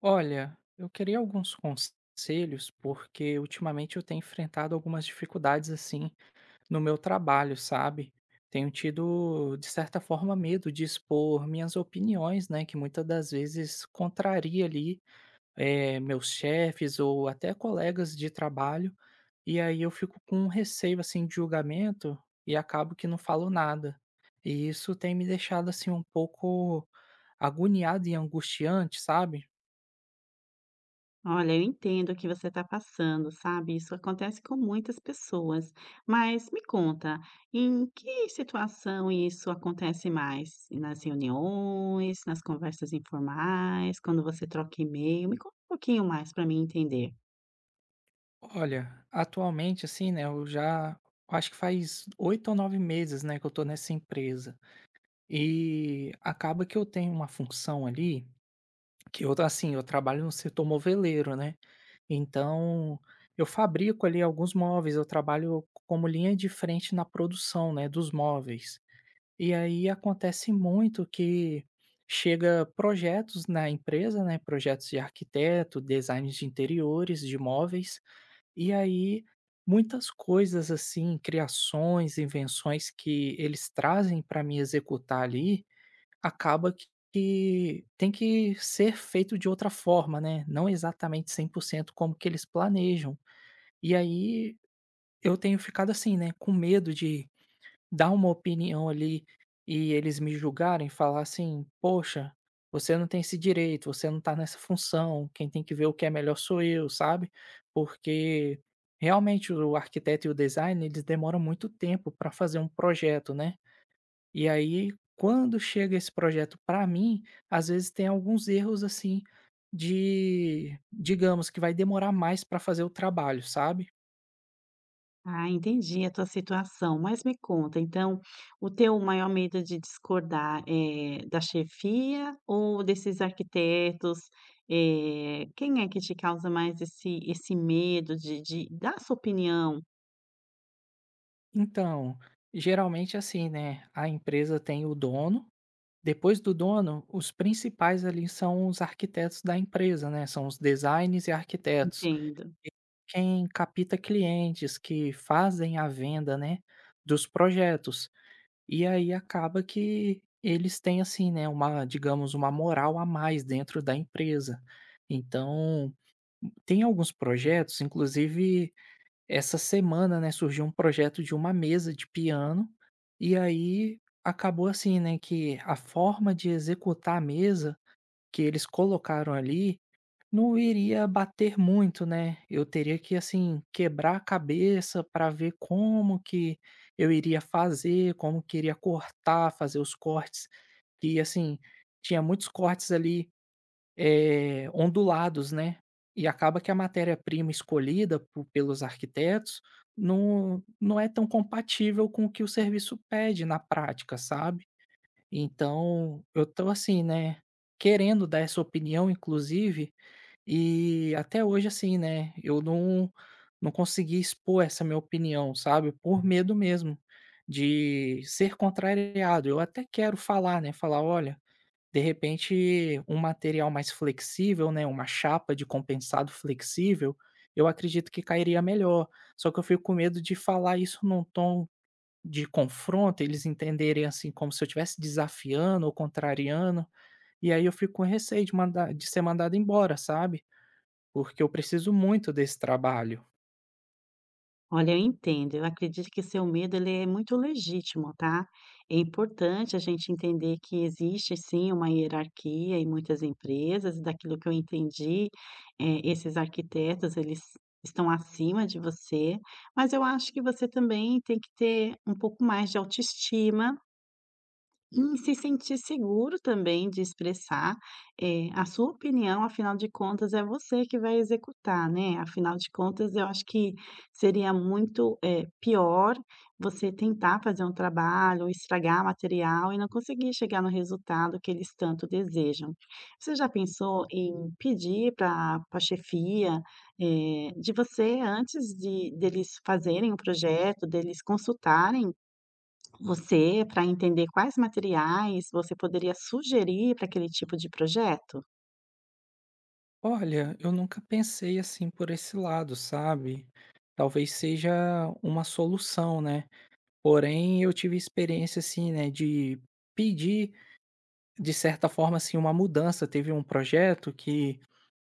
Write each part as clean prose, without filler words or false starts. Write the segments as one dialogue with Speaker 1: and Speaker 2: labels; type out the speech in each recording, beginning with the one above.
Speaker 1: Olha, eu queria alguns conselhos, porque ultimamente eu tenho enfrentado algumas dificuldades assim no meu trabalho, sabe? Tenho tido, de certa forma, medo de expor minhas opiniões, né? Que muitas das vezes contraria ali meus chefes ou até colegas de trabalho, e aí eu fico com um receio assim de julgamento e acabo que não falo nada. E isso tem me deixado assim um pouco agoniado e angustiante, sabe?
Speaker 2: Olha, eu entendo o que você está passando, sabe? Isso acontece com muitas pessoas. Mas me conta, em que situação isso acontece mais? Nas reuniões, nas conversas informais, quando você troca e-mail? Me conta um pouquinho mais para mim entender.
Speaker 1: Olha, atualmente, assim, né, eu já acho que faz 8 ou 9 meses, né, que eu tô nessa empresa. E acaba que eu tenho uma função ali, que eu, assim, eu trabalho no setor moveleiro, né? Então, eu fabrico ali alguns móveis, eu trabalho como linha de frente na produção, né, dos móveis. E aí acontece muito que chega projetos na empresa, né, projetos de arquiteto, designs de interiores, de móveis, e aí, muitas coisas assim, criações, invenções que eles trazem para me executar ali, acaba que tem que ser feito de outra forma, né, não exatamente 100% como que eles planejam. E aí, eu tenho ficado assim, né, com medo de dar uma opinião ali e eles me julgarem, falar assim: "Poxa, você não tem esse direito, você não tá nessa função, quem tem que ver o que é melhor sou eu", sabe. Porque realmente o arquiteto e o design eles demoram muito tempo para fazer um projeto, né. E aí quando chega esse projeto para mim, às vezes tem alguns erros assim de digamos que vai demorar mais para fazer o trabalho, sabe.
Speaker 2: Ah, entendi a tua situação, mas me conta, então, o teu maior medo de discordar é da chefia ou desses arquitetos? Quem é que te causa mais esse medo de dar sua opinião?
Speaker 1: Então, geralmente é assim, né, a empresa tem o dono. Depois do dono, os principais ali são os arquitetos da empresa, né? São os designers e arquitetos,
Speaker 2: Entendo.
Speaker 1: quem capta clientes, que fazem a venda, né, dos projetos. E aí acaba que eles têm assim, né, uma, digamos, uma moral a mais dentro da empresa. Então, tem alguns projetos, inclusive essa semana, né, surgiu um projeto de uma mesa de piano, e aí acabou assim, né, que a forma de executar a mesa que eles colocaram ali não iria bater muito, né? Eu teria que assim quebrar a cabeça para ver como que eu iria fazer, como que iria cortar, fazer os cortes, que assim tinha muitos cortes ali ondulados, né. E acaba que a matéria-prima escolhida po pelos arquitetos não é tão compatível com o que o serviço pede na prática, sabe. Então, eu tô assim, né, querendo dar essa opinião inclusive, e até hoje assim, né, eu não consegui expor essa minha opinião, sabe, por medo mesmo de ser contrariado. Eu até quero falar, né, falar: "Olha". De repente, um material mais flexível, né, uma chapa de compensado flexível, eu acredito que cairia melhor. Só que eu fico com medo de falar isso num tom de confronto, eles entenderem assim como se eu estivesse desafiando ou contrariando, e aí eu fico com receio de mandar de ser mandado embora, sabe? Porque eu preciso muito desse trabalho.
Speaker 2: Olha, eu entendo. Eu acredito que seu medo ele é muito legítimo, tá? É importante a gente entender que existe sim uma hierarquia em muitas empresas. Daquilo que eu entendi, esses arquitetos eles estão acima de você, mas eu acho que você também tem que ter um pouco mais de autoestima e se sentir seguro também de expressar, a sua opinião, afinal de contas é você que vai executar, né, afinal de contas eu acho que seria muito, pior você tentar fazer um trabalho, estragar material e não conseguir chegar no resultado que eles tanto desejam. Você já pensou em pedir para pra chefia, de você antes de deles fazerem o projeto, deles consultarem você, para entender quais materiais você poderia sugerir para aquele tipo de projeto?
Speaker 1: Olha, eu nunca pensei assim por esse lado, sabe? Talvez seja uma solução, né? Porém, eu tive experiência, assim, né, de pedir, de certa forma, assim, uma mudança. Teve um projeto que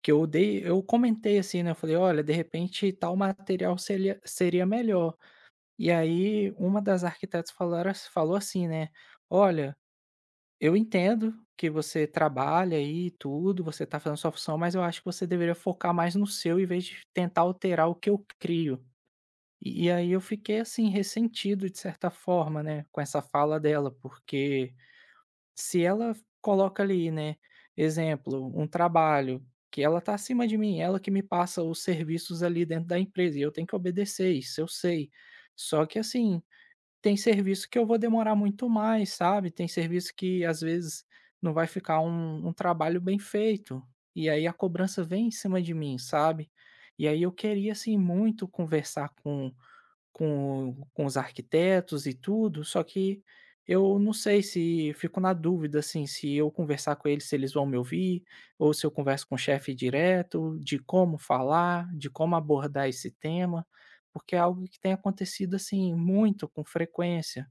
Speaker 1: que eu comentei, assim, né, eu falei: "Olha, de repente, tal material seria melhor". E aí, uma das arquitetas falaram ass falou assim, né: "Olha, eu entendo que você trabalha aí e tudo, você tá fazendo sua função, mas eu acho que você deveria focar mais no seu, em vez de tentar alterar o que eu crio". E aí eu fiquei, assim, ressentido de certa forma, né, com essa fala dela, porque se ela coloca ali, né, exemplo, um trabalho que ela tá acima de mim, ela que me passa os serviços ali dentro da empresa e eu tenho que obedecer, isso eu sei. Só que, assim, tem serviço que eu vou demorar muito mais, sabe, tem serviço que às vezes não vai ficar um trabalho bem feito, e aí a cobrança vem em cima de mim, sabe. E aí eu queria, assim, muito conversar com os arquitetos e tudo, só que eu não sei se fico na dúvida, assim, se eu conversar com eles, se eles vão me ouvir, ou se eu converso com o chefe direto, de como falar, de como abordar esse tema, porque é algo que tem acontecido, assim, muito, com frequência.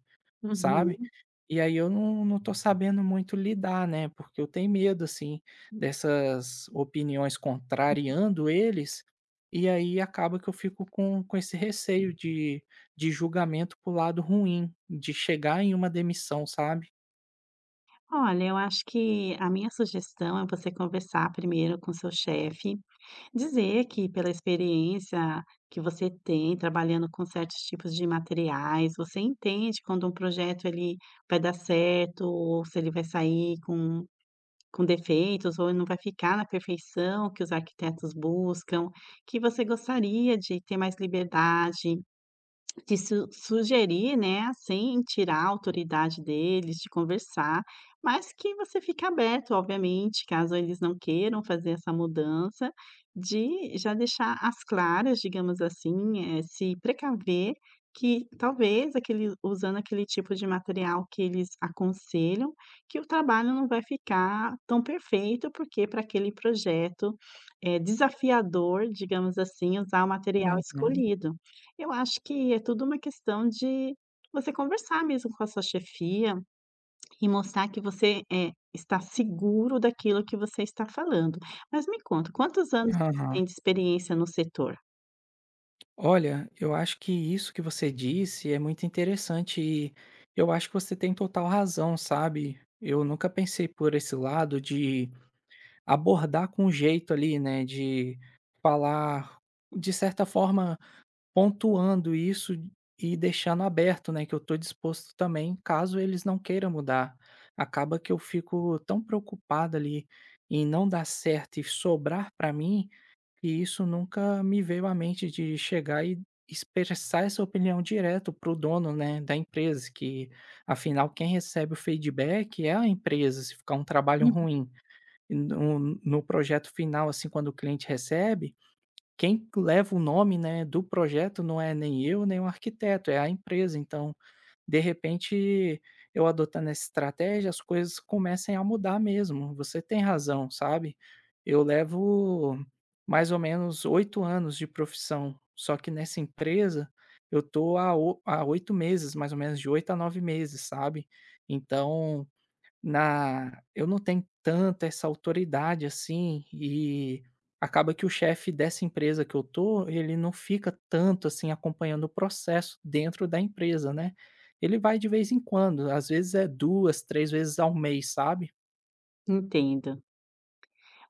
Speaker 1: Sabe?
Speaker 2: Uhum.
Speaker 1: E aí eu não tô sabendo muito lidar, né, porque eu tenho medo, assim, dessas opiniões contrariando eles, e aí acaba que eu fico com esse receio de julgamento para lado ruim, de chegar em uma demissão, sabe?
Speaker 2: Olha, eu acho que a minha sugestão é você conversar primeiro com seu chefe, dizer que pela experiência que você tem trabalhando com certos tipos de materiais, você entende quando um projeto ele vai dar certo, ou se ele vai sair com defeitos, ou não vai ficar na perfeição que os arquitetos buscam, que você gostaria de ter mais liberdade. De su Sugerir, né, sem tirar a autoridade deles, de conversar, mas que você fique aberto, obviamente, caso eles não queiram fazer essa mudança, de já deixar as claras, digamos assim, se precaver que talvez aquele usando aquele tipo de material que eles aconselham, que o trabalho não vai ficar tão perfeito, porque para aquele projeto é desafiador, digamos assim, usar o material
Speaker 1: Uhum.
Speaker 2: escolhido. Eu acho que é tudo uma questão de você conversar mesmo com a sua chefia e mostrar que você, está seguro daquilo que você está falando. Mas me conta, quantos anos você
Speaker 1: Aham.
Speaker 2: tem de experiência no setor?
Speaker 1: Olha, eu acho que isso que você disse é muito interessante e eu acho que você tem total razão, sabe? Eu nunca pensei por esse lado de abordar com jeito ali, né, de falar, de certa forma, pontuando isso e deixando aberto, né, que eu tô disposto também, caso eles não queiram mudar. Acaba que eu fico tão preocupado ali em não dar certo e sobrar para mim, e isso nunca me veio à mente de chegar e expressar essa opinião direto pro dono, né, da empresa, que afinal quem recebe o feedback é a empresa, se ficar um trabalho
Speaker 2: Uhum.
Speaker 1: ruim. E no projeto final, assim, quando o cliente recebe, quem leva o nome, né, do projeto não é nem eu, nem o arquiteto, é a empresa. Então, de repente, eu adotando essa estratégia, as coisas comecem a mudar mesmo. Você tem razão, sabe? Eu levo mais ou menos 8 anos de profissão, só que nessa empresa eu tô há 8 meses, mais ou menos de 8 a 9 meses, sabe? Então na eu não tenho tanta essa autoridade, assim, e acaba que o chefe dessa empresa que eu tô, ele não fica tanto, assim, acompanhando o processo dentro da empresa, né. Ele vai de vez em quando, às vezes é 2 3 vezes ao mês, sabe.
Speaker 2: Entenda.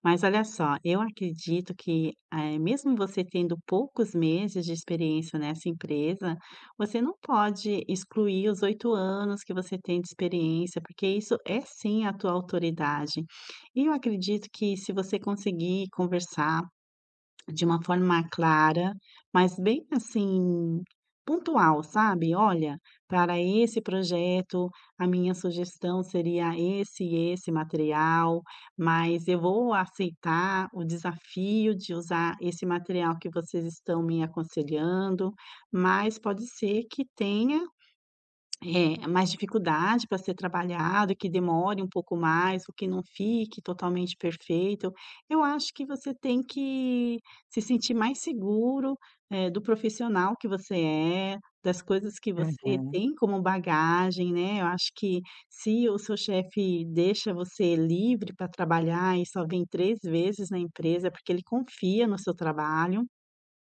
Speaker 2: Mas olha só, eu acredito que, mesmo você tendo poucos meses de experiência nessa empresa, você não pode excluir os 8 anos que você tem de experiência, porque isso é sim a tua autoridade. E eu acredito que se você conseguir conversar, de uma forma clara, mas bem assim, pontual, sabe. "Olha, para esse projeto, a minha sugestão seria esse e esse material, mas eu vou aceitar o desafio de usar esse material que vocês estão me aconselhando, mas pode ser que tenha é mais dificuldade para ser trabalhado, que demore um pouco mais, ou que não fique totalmente perfeito. Eu acho que você tem que se sentir mais seguro, do profissional que você é, das coisas que você
Speaker 1: Uhum,
Speaker 2: tem como bagagem, né. Eu acho que se o seu chefe deixa você livre para trabalhar e só vem 3 vezes na empresa, é porque ele confia no seu trabalho.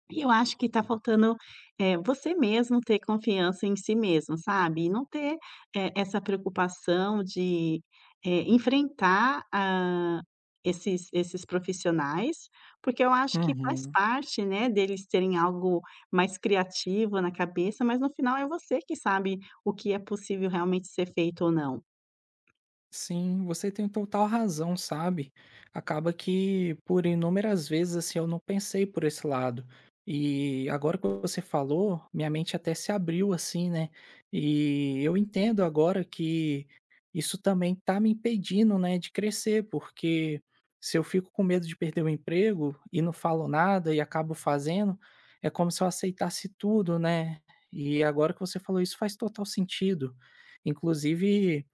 Speaker 2: E eu acho que tá faltando, você mesmo ter confiança em si mesmo, sabe, e não ter, essa preocupação de, enfrentar, esses profissionais, porque eu acho que faz
Speaker 1: uhum.
Speaker 2: parte, né, deles terem algo mais criativo na cabeça, mas no final é você que sabe o que é possível realmente ser feito ou não.
Speaker 1: Sim, você tem total razão, sabe? Acaba que por inúmeras vezes assim eu não pensei por esse lado. E agora que você falou, minha mente até se abriu assim, né? E eu entendo agora que isso também tá me impedindo, né, de crescer, porque se eu fico com medo de perder o emprego e não falo nada e acabo fazendo, é como se eu aceitasse tudo, né? E agora que você falou isso faz total sentido. Inclusive,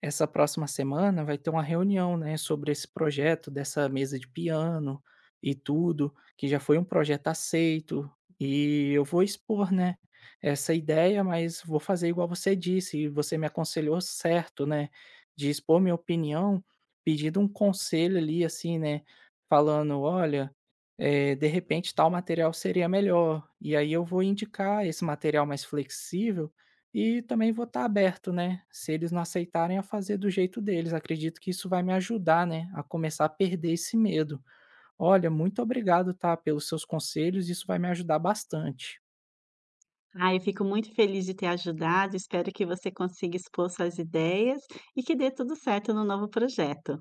Speaker 1: essa próxima semana vai ter uma reunião, né, sobre esse projeto dessa mesa de piano e tudo, que já foi um projeto aceito, e eu vou expor, né, essa ideia, mas vou fazer igual você disse, e você me aconselhou certo, né, de expor minha opinião, pedindo um conselho ali, assim, né, falando: "Olha, de repente tal material seria melhor", e aí eu vou indicar esse material mais flexível e também vou estar aberto, né, se eles não aceitarem a fazer do jeito deles, acredito que isso vai me ajudar, né, a começar a perder esse medo. Olha, muito obrigado, tá, pelos seus conselhos, isso vai me ajudar bastante.
Speaker 2: Ah, eu fico muito feliz de ter ajudado, espero que você consiga expor suas ideias e que dê tudo certo no novo projeto.